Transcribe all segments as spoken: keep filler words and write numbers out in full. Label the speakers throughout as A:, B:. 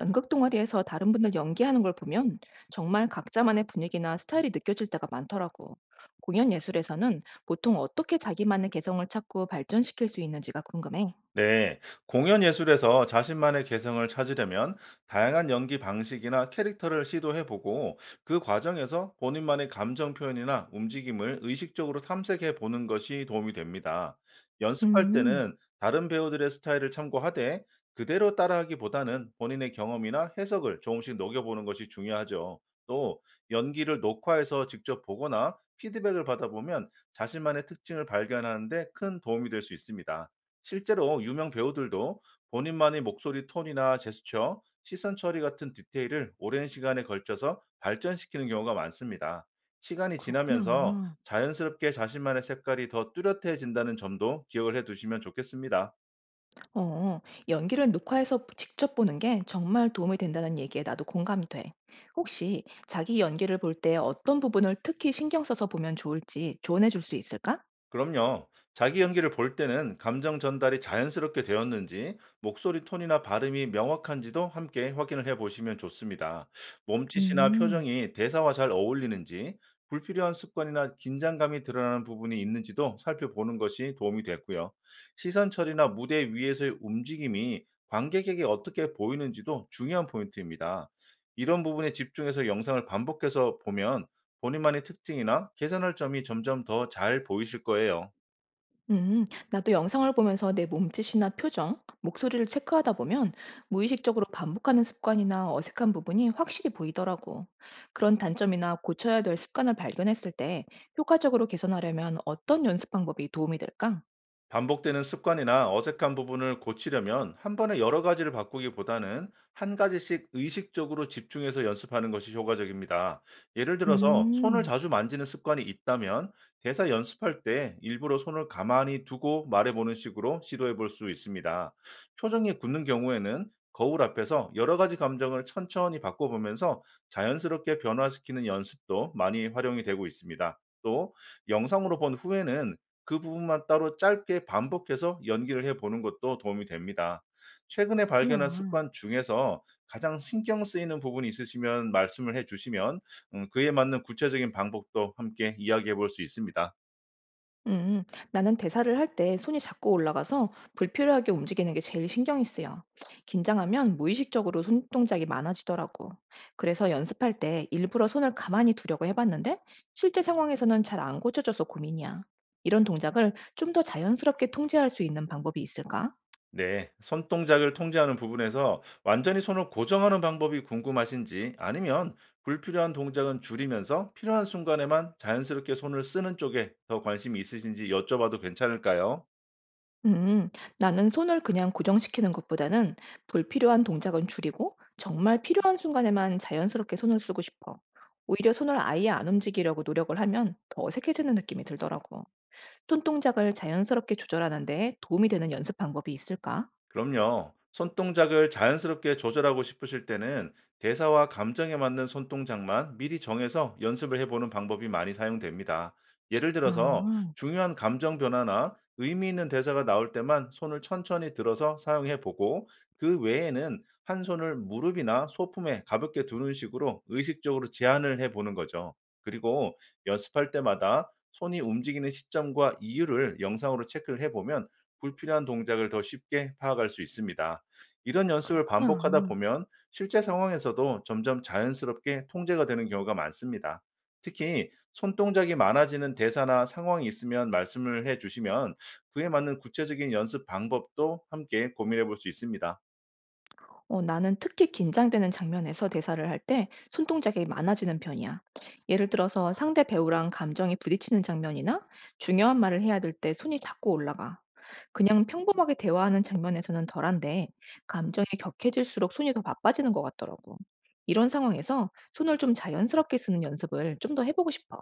A: 연극 동아리에서 다른 분들 연기하는 걸 보면 정말 각자만의 분위기나 스타일이 느껴질 때가 많더라고. 공연 예술에서는 보통 어떻게 자기만의 개성을 찾고 발전시킬 수 있는지가 궁금해.
B: 네, 공연 예술에서 자신만의 개성을 찾으려면 다양한 연기 방식이나 캐릭터를 시도해보고, 그 과정에서 본인만의 감정 표현이나 움직임을 의식적으로 탐색해보는 것이 도움이 됩니다. 연습할
A: 음,
B: 때는 다른 배우들의 스타일을 참고하되, 그대로 따라하기보다는 본인의 경험이나 해석을 조금씩 녹여보는 것이 중요하죠. 또 연기를 녹화해서 직접 보거나 피드백을 받아보면 자신만의 특징을 발견하는데 큰 도움이 될 수 있습니다. 실제로 유명 배우들도 본인만의 목소리 톤이나 제스처, 시선 처리 같은 디테일을 오랜 시간에 걸쳐서 발전시키는 경우가 많습니다. 시간이 지나면서
A: 그렇구나.
B: 자연스럽게 자신만의 색깔이 더 뚜렷해진다는 점도 기억을 해 두시면 좋겠습니다.
A: 어, 연기를 녹화해서 직접 보는 게 정말 도움이 된다는 얘기에 나도 공감이 돼. 혹시 자기 연기를 볼 때 어떤 부분을 특히 신경 써서 보면 좋을지 조언해 줄 수 있을까?
B: 그럼요. 자기 연기를 볼 때는 감정 전달이 자연스럽게 되었는지, 목소리 톤이나 발음이 명확한지도 함께 확인을 해 보시면 좋습니다. 몸짓이나
A: 음.
B: 표정이 대사와 잘 어울리는지, 불필요한 습관이나 긴장감이 드러나는 부분이 있는지도 살펴보는 것이 도움이 됐고요. 시선 처리나 무대 위에서의 움직임이 관객에게 어떻게 보이는지도 중요한 포인트입니다. 이런 부분에 집중해서 영상을 반복해서 보면 본인만의 특징이나 개선할 점이 점점 더 잘 보이실 거예요.
A: 음, 나도 영상을 보면서 내 몸짓이나 표정, 목소리를 체크하다 보면 무의식적으로 반복하는 습관이나 어색한 부분이 확실히 보이더라고. 그런 단점이나 고쳐야 될 습관을 발견했을 때 효과적으로 개선하려면 어떤 연습 방법이 도움이 될까?
B: 반복되는 습관이나 어색한 부분을 고치려면, 한 번에 여러 가지를 바꾸기보다는 한 가지씩 의식적으로 집중해서 연습하는 것이 효과적입니다. 예를 들어서 손을
A: 음,
B: 자주 만지는 습관이 있다면, 대사 연습할 때 일부러 손을 가만히 두고 말해보는 식으로 시도해 볼 수 있습니다. 표정이 굳는 경우에는 거울 앞에서 여러 가지 감정을 천천히 바꿔보면서 자연스럽게 변화시키는 연습도 많이 활용이 되고 있습니다. 또 영상으로 본 후에는 그 부분만 따로 짧게 반복해서 연기를 해 보는 것도 도움이 됩니다. 최근에 발견한
A: 그렇구나.
B: 습관 중에서 가장 신경 쓰이는 부분이 있으시면 말씀을 해 주시면, 음 그에 맞는 구체적인 방법도 함께 이야기해 볼 수 있습니다.
A: 음, 나는 대사를 할 때 손이 자꾸 올라가서 불필요하게 움직이는 게 제일 신경이 쓰여. 긴장하면 무의식적으로 손 동작이 많아지더라고. 그래서 연습할 때 일부러 손을 가만히 두려고 해봤는데 실제 상황에서는 잘 안 고쳐져서 고민이야. 이런 동작을 좀 더 자연스럽게 통제할 수 있는 방법이 있을까?
B: 네. 손동작을 통제하는 부분에서 완전히 손을 고정하는 방법이 궁금하신지, 아니면 불필요한 동작은 줄이면서 필요한 순간에만 자연스럽게 손을 쓰는 쪽에 더 관심이 있으신지 여쭤봐도 괜찮을까요?
A: 음, 나는 손을 그냥 고정시키는 것보다는 불필요한 동작은 줄이고 정말 필요한 순간에만 자연스럽게 손을 쓰고 싶어. 오히려 손을 아예 안 움직이려고 노력을 하면 더 어색해지는 느낌이 들더라고. 손 동작을 자연스럽게 조절하는 데 도움이 되는 연습 방법이 있을까?
B: 그럼요. 손동작을 자연스럽게 조절하고 싶으실 때는, 대사와 감정에 맞는 손동작만 미리 정해서 연습을 해보는 방법이 많이 사용됩니다. 예를 들어서
A: 아,
B: 중요한 감정 변화나 의미 있는 대사가 나올 때만 손을 천천히 들어서 사용해 보고, 그 외에는 한 손을 무릎이나 소품에 가볍게 두는 식으로 의식적으로 제한을 해 보는 거죠. 그리고 연습할 때마다 손이 움직이는 시점과 이유를 영상으로 체크를 해보면, 불필요한 동작을 더 쉽게 파악할 수 있습니다. 이런 연습을
A: 그렇구나.
B: 반복하다 보면 실제 상황에서도 점점 자연스럽게 통제가 되는 경우가 많습니다. 특히 손동작이 많아지는 대사나 상황이 있으면 말씀을 해 주시면, 그에 맞는 구체적인 연습 방법도 함께 고민해 볼 수 있습니다.
A: 어, 나는 특히 긴장되는 장면에서 대사를 할 때 손동작이 많아지는 편이야. 예를 들어서 상대 배우랑 감정이 부딪히는 장면이나 중요한 말을 해야 될 때 손이 자꾸 올라가. 그냥 평범하게 대화하는 장면에서는 덜한데 감정이 격해질수록 손이 더 바빠지는 것 같더라고. 이런 상황에서 손을 좀 자연스럽게 쓰는 연습을 좀 더 해보고 싶어.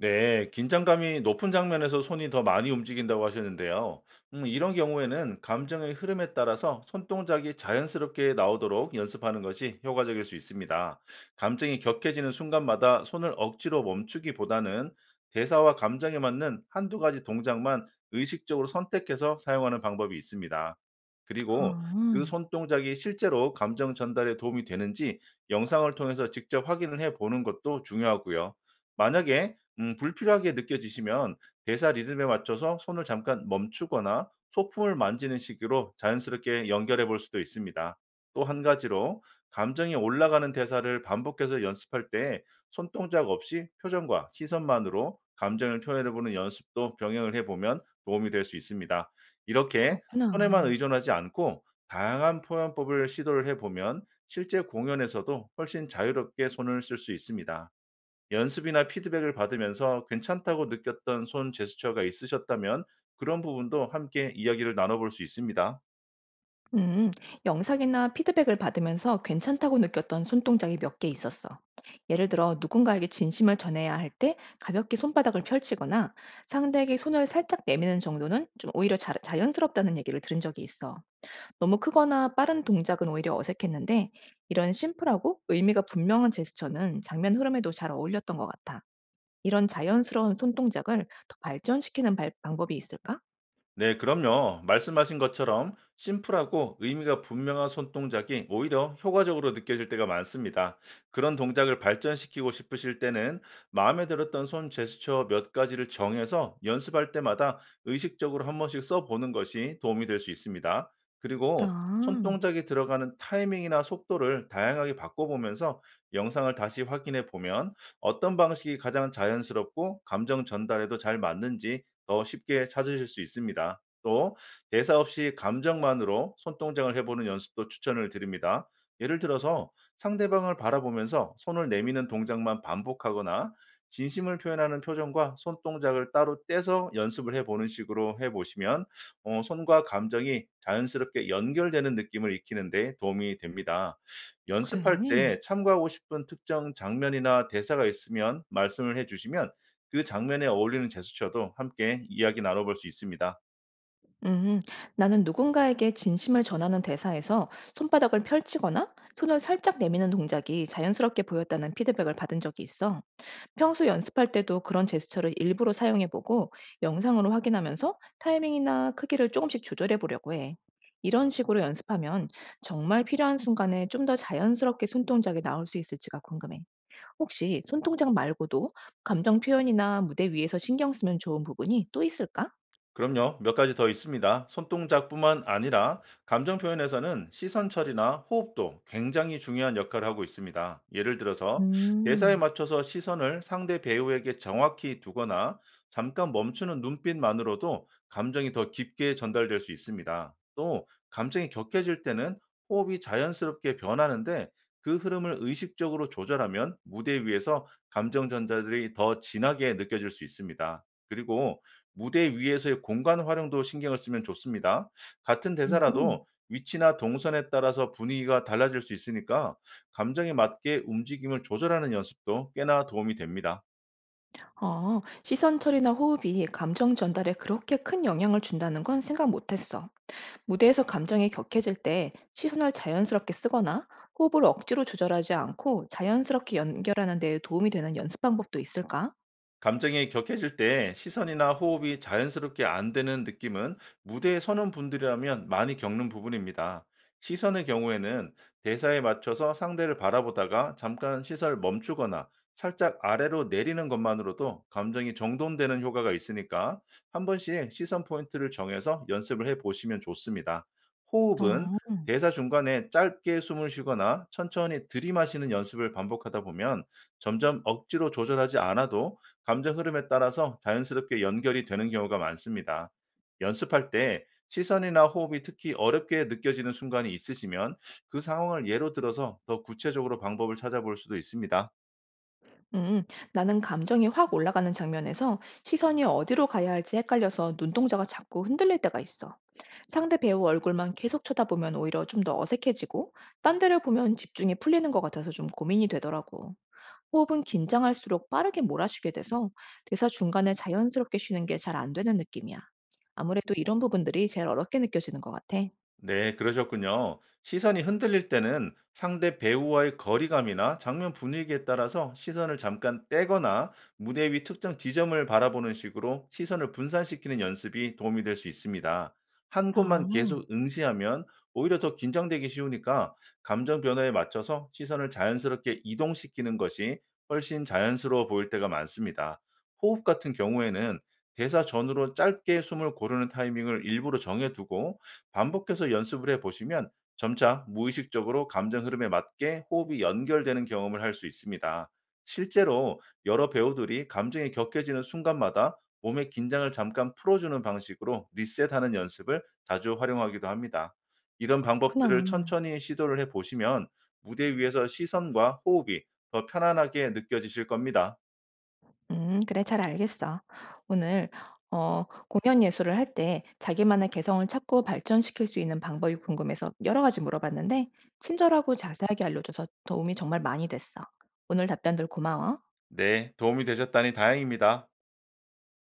B: 네, 긴장감이 높은 장면에서 손이 더 많이 움직인다고 하셨는데요. 음, 이런 경우에는 감정의 흐름에 따라서 손동작이 자연스럽게 나오도록 연습하는 것이 효과적일 수 있습니다. 감정이 격해지는 순간마다 손을 억지로 멈추기보다는, 대사와 감정에 맞는 한두 가지 동작만 의식적으로 선택해서 사용하는 방법이 있습니다. 그리고 그
A: 아,
B: 손동작이 실제로 감정 전달에 도움이 되는지 영상을 통해서 직접 확인을 해 보는 것도 중요하고요. 만약에 음 불필요하게 느껴지시면, 대사 리듬에 맞춰서 손을 잠깐 멈추거나 소품을 만지는 식으로 자연스럽게 연결해 볼 수도 있습니다. 또 한 가지로, 감정이 올라가는 대사를 반복해서 연습할 때 손동작 없이 표정과 시선만으로 감정을 표현해 보는 연습도 병행을 해 보면 도움이 될 수 있습니다. 이렇게 손에만
A: 그렇구나.
B: 의존하지 않고 다양한 표현법을 시도를 해 보면, 실제 공연에서도 훨씬 자유롭게 손을 쓸 수 있습니다. 연습이나 피드백을 받으면서 괜찮다고 느꼈던 손 제스처가 있으셨다면, 그런 부분도 함께 이야기를 나눠 볼 수 있습니다.
A: 음, 영상이나 피드백을 받으면서 괜찮다고 느꼈던 손동작이 몇 개 있었어. 예를 들어, 누군가에게 진심을 전해야 할 때 가볍게 손바닥을 펼치거나 상대에게 손을 살짝 내미는 정도는 좀 오히려 자, 자연스럽다는 얘기를 들은 적이 있어. 너무 크거나 빠른 동작은 오히려 어색했는데 이런 심플하고 의미가 분명한 제스처는 장면 흐름에도 잘 어울렸던 것 같아. 이런 자연스러운 손 동작을 더 발전시키는 발 방법이 있을까?
B: 네, 그럼요. 말씀하신 것처럼 심플하고 의미가 분명한 손동작이 오히려 효과적으로 느껴질 때가 많습니다. 그런 동작을 발전시키고 싶으실 때는, 마음에 들었던 손 제스처 몇 가지를 정해서 연습할 때마다 의식적으로 한 번씩 써보는 것이 도움이 될 수 있습니다. 그리고
A: 아,
B: 손동작이 들어가는 타이밍이나 속도를 다양하게 바꿔보면서 영상을 다시 확인해 보면, 어떤 방식이 가장 자연스럽고 감정 전달에도 잘 맞는지 더 쉽게 찾으실 수 있습니다. 또 대사 없이 감정만으로 손동작을 해보는 연습도 추천을 드립니다. 예를 들어서 상대방을 바라보면서 손을 내미는 동작만 반복하거나, 진심을 표현하는 표정과 손동작을 따로 떼서 연습을 해보는 식으로 해보시면, 어, 손과 감정이 자연스럽게 연결되는 느낌을 익히는데 도움이 됩니다.
A: 그래.
B: 연습할 때 참고하고 싶은 특정 장면이나 대사가 있으면 말씀을 해주시면, 그 장면에 어울리는 제스처도 함께 이야기 나눠 볼 수 있습니다.
A: 음, 나는 누군가에게 진심을 전하는 대사에서 손바닥을 펼치거나 손을 살짝 내미는 동작이 자연스럽게 보였다는 피드백을 받은 적이 있어. 평소 연습할 때도 그런 제스처를 일부러 사용해 보고 영상으로 확인하면서 타이밍이나 크기를 조금씩 조절해 보려고 해. 이런 식으로 연습하면 정말 필요한 순간에 좀 더 자연스럽게 손동작이 나올 수 있을지가 궁금해. 혹시 손동작 말고도 감정 표현이나 무대 위에서 신경 쓰면 좋은 부분이 또 있을까?
B: 그럼요. 몇 가지 더 있습니다. 손동작뿐만 아니라 감정 표현에서는 시선 처리나 호흡도 굉장히 중요한 역할을 하고 있습니다. 예를 들어서 대사에
A: 음,
B: 맞춰서 시선을 상대 배우에게 정확히 두거나 잠깐 멈추는 눈빛만으로도 감정이 더 깊게 전달될 수 있습니다. 또 감정이 격해질 때는 호흡이 자연스럽게 변하는데, 그 흐름을 의식적으로 조절하면 무대 위에서 감정 전달들이 더 진하게 느껴질 수 있습니다. 그리고 무대 위에서의 공간 활용도 신경을 쓰면 좋습니다. 같은
A: 음흠.
B: 대사라도 위치나 동선에 따라서 분위기가 달라질 수 있으니까, 감정에 맞게 움직임을 조절하는 연습도 꽤나 도움이 됩니다.
A: 아, 시선 처리나 호흡이 감정 전달에 그렇게 큰 영향을 준다는 건 생각 못했어. 무대에서 감정이 격해질 때 시선을 자연스럽게 쓰거나 호흡을 억지로 조절하지 않고 자연스럽게 연결하는 데 도움이 되는 연습 방법도 있을까?
B: 감정이 격해질 때 시선이나 호흡이 자연스럽게 안 되는 느낌은, 무대에 서는 분들이라면 많이 겪는 부분입니다. 시선의 경우에는 대사에 맞춰서 상대를 바라보다가 잠깐 시선을 멈추거나 살짝 아래로 내리는 것만으로도 감정이 정돈되는 효과가 있으니까, 한 번씩 시선 포인트를 정해서 연습을 해 보시면 좋습니다. 호흡은
A: 어.
B: 대사 중간에 짧게 숨을 쉬거나 천천히 들이마시는 연습을 반복하다 보면, 점점 억지로 조절하지 않아도 감정 흐름에 따라서 자연스럽게 연결이 되는 경우가 많습니다. 연습할 때 시선이나 호흡이 특히 어렵게 느껴지는 순간이 있으시면, 그 상황을 예로 들어서 더 구체적으로 방법을 찾아볼 수도 있습니다.
A: 음, 나는 감정이 확 올라가는 장면에서 시선이 어디로 가야 할지 헷갈려서 눈동자가 자꾸 흔들릴 때가 있어. 상대 배우 얼굴만 계속 쳐다보면 오히려 좀 더 어색해지고, 딴 데를 보면 집중이 풀리는 것 같아서 좀 고민이 되더라고. 호흡은 긴장할수록 빠르게 몰아쉬게 돼서 대사 중간에 자연스럽게 쉬는 게 잘 안 되는 느낌이야. 아무래도 이런 부분들이 제일 어렵게 느껴지는 것 같아.
B: 네, 그러셨군요. 시선이 흔들릴 때는 상대 배우와의 거리감이나 장면 분위기에 따라서 시선을 잠깐 떼거나 무대 위 특정 지점을 바라보는 식으로 시선을 분산시키는 연습이 도움이 될 수 있습니다. 한 곳만
A: 아,
B: 계속 응시하면 오히려 더 긴장되기 쉬우니까, 감정 변화에 맞춰서 시선을 자연스럽게 이동시키는 것이 훨씬 자연스러워 보일 때가 많습니다. 호흡 같은 경우에는 대사 전후로 짧게 숨을 고르는 타이밍을 일부러 정해두고 반복해서 연습을 해 보시면, 점차 무의식적으로 감정 흐름에 맞게 호흡이 연결되는 경험을 할 수 있습니다. 실제로 여러 배우들이 감정이 격해지는 순간마다 몸의 긴장을 잠깐 풀어주는 방식으로 리셋하는 연습을 자주 활용하기도 합니다. 이런 방법들을
A: 그렇구나.
B: 천천히 시도를 해 보시면 무대 위에서 시선과 호흡이 더 편안하게 느껴지실 겁니다.
A: 음, 그래, 잘 알겠어. 오늘 어, 공연 예술을 할 때 자기만의 개성을 찾고 발전시킬 수 있는 방법이 궁금해서 여러 가지 물어봤는데, 친절하고 자세하게 알려줘서 도움이 정말 많이 됐어. 오늘 답변들 고마워.
B: 네, 도움이 되셨다니 다행입니다.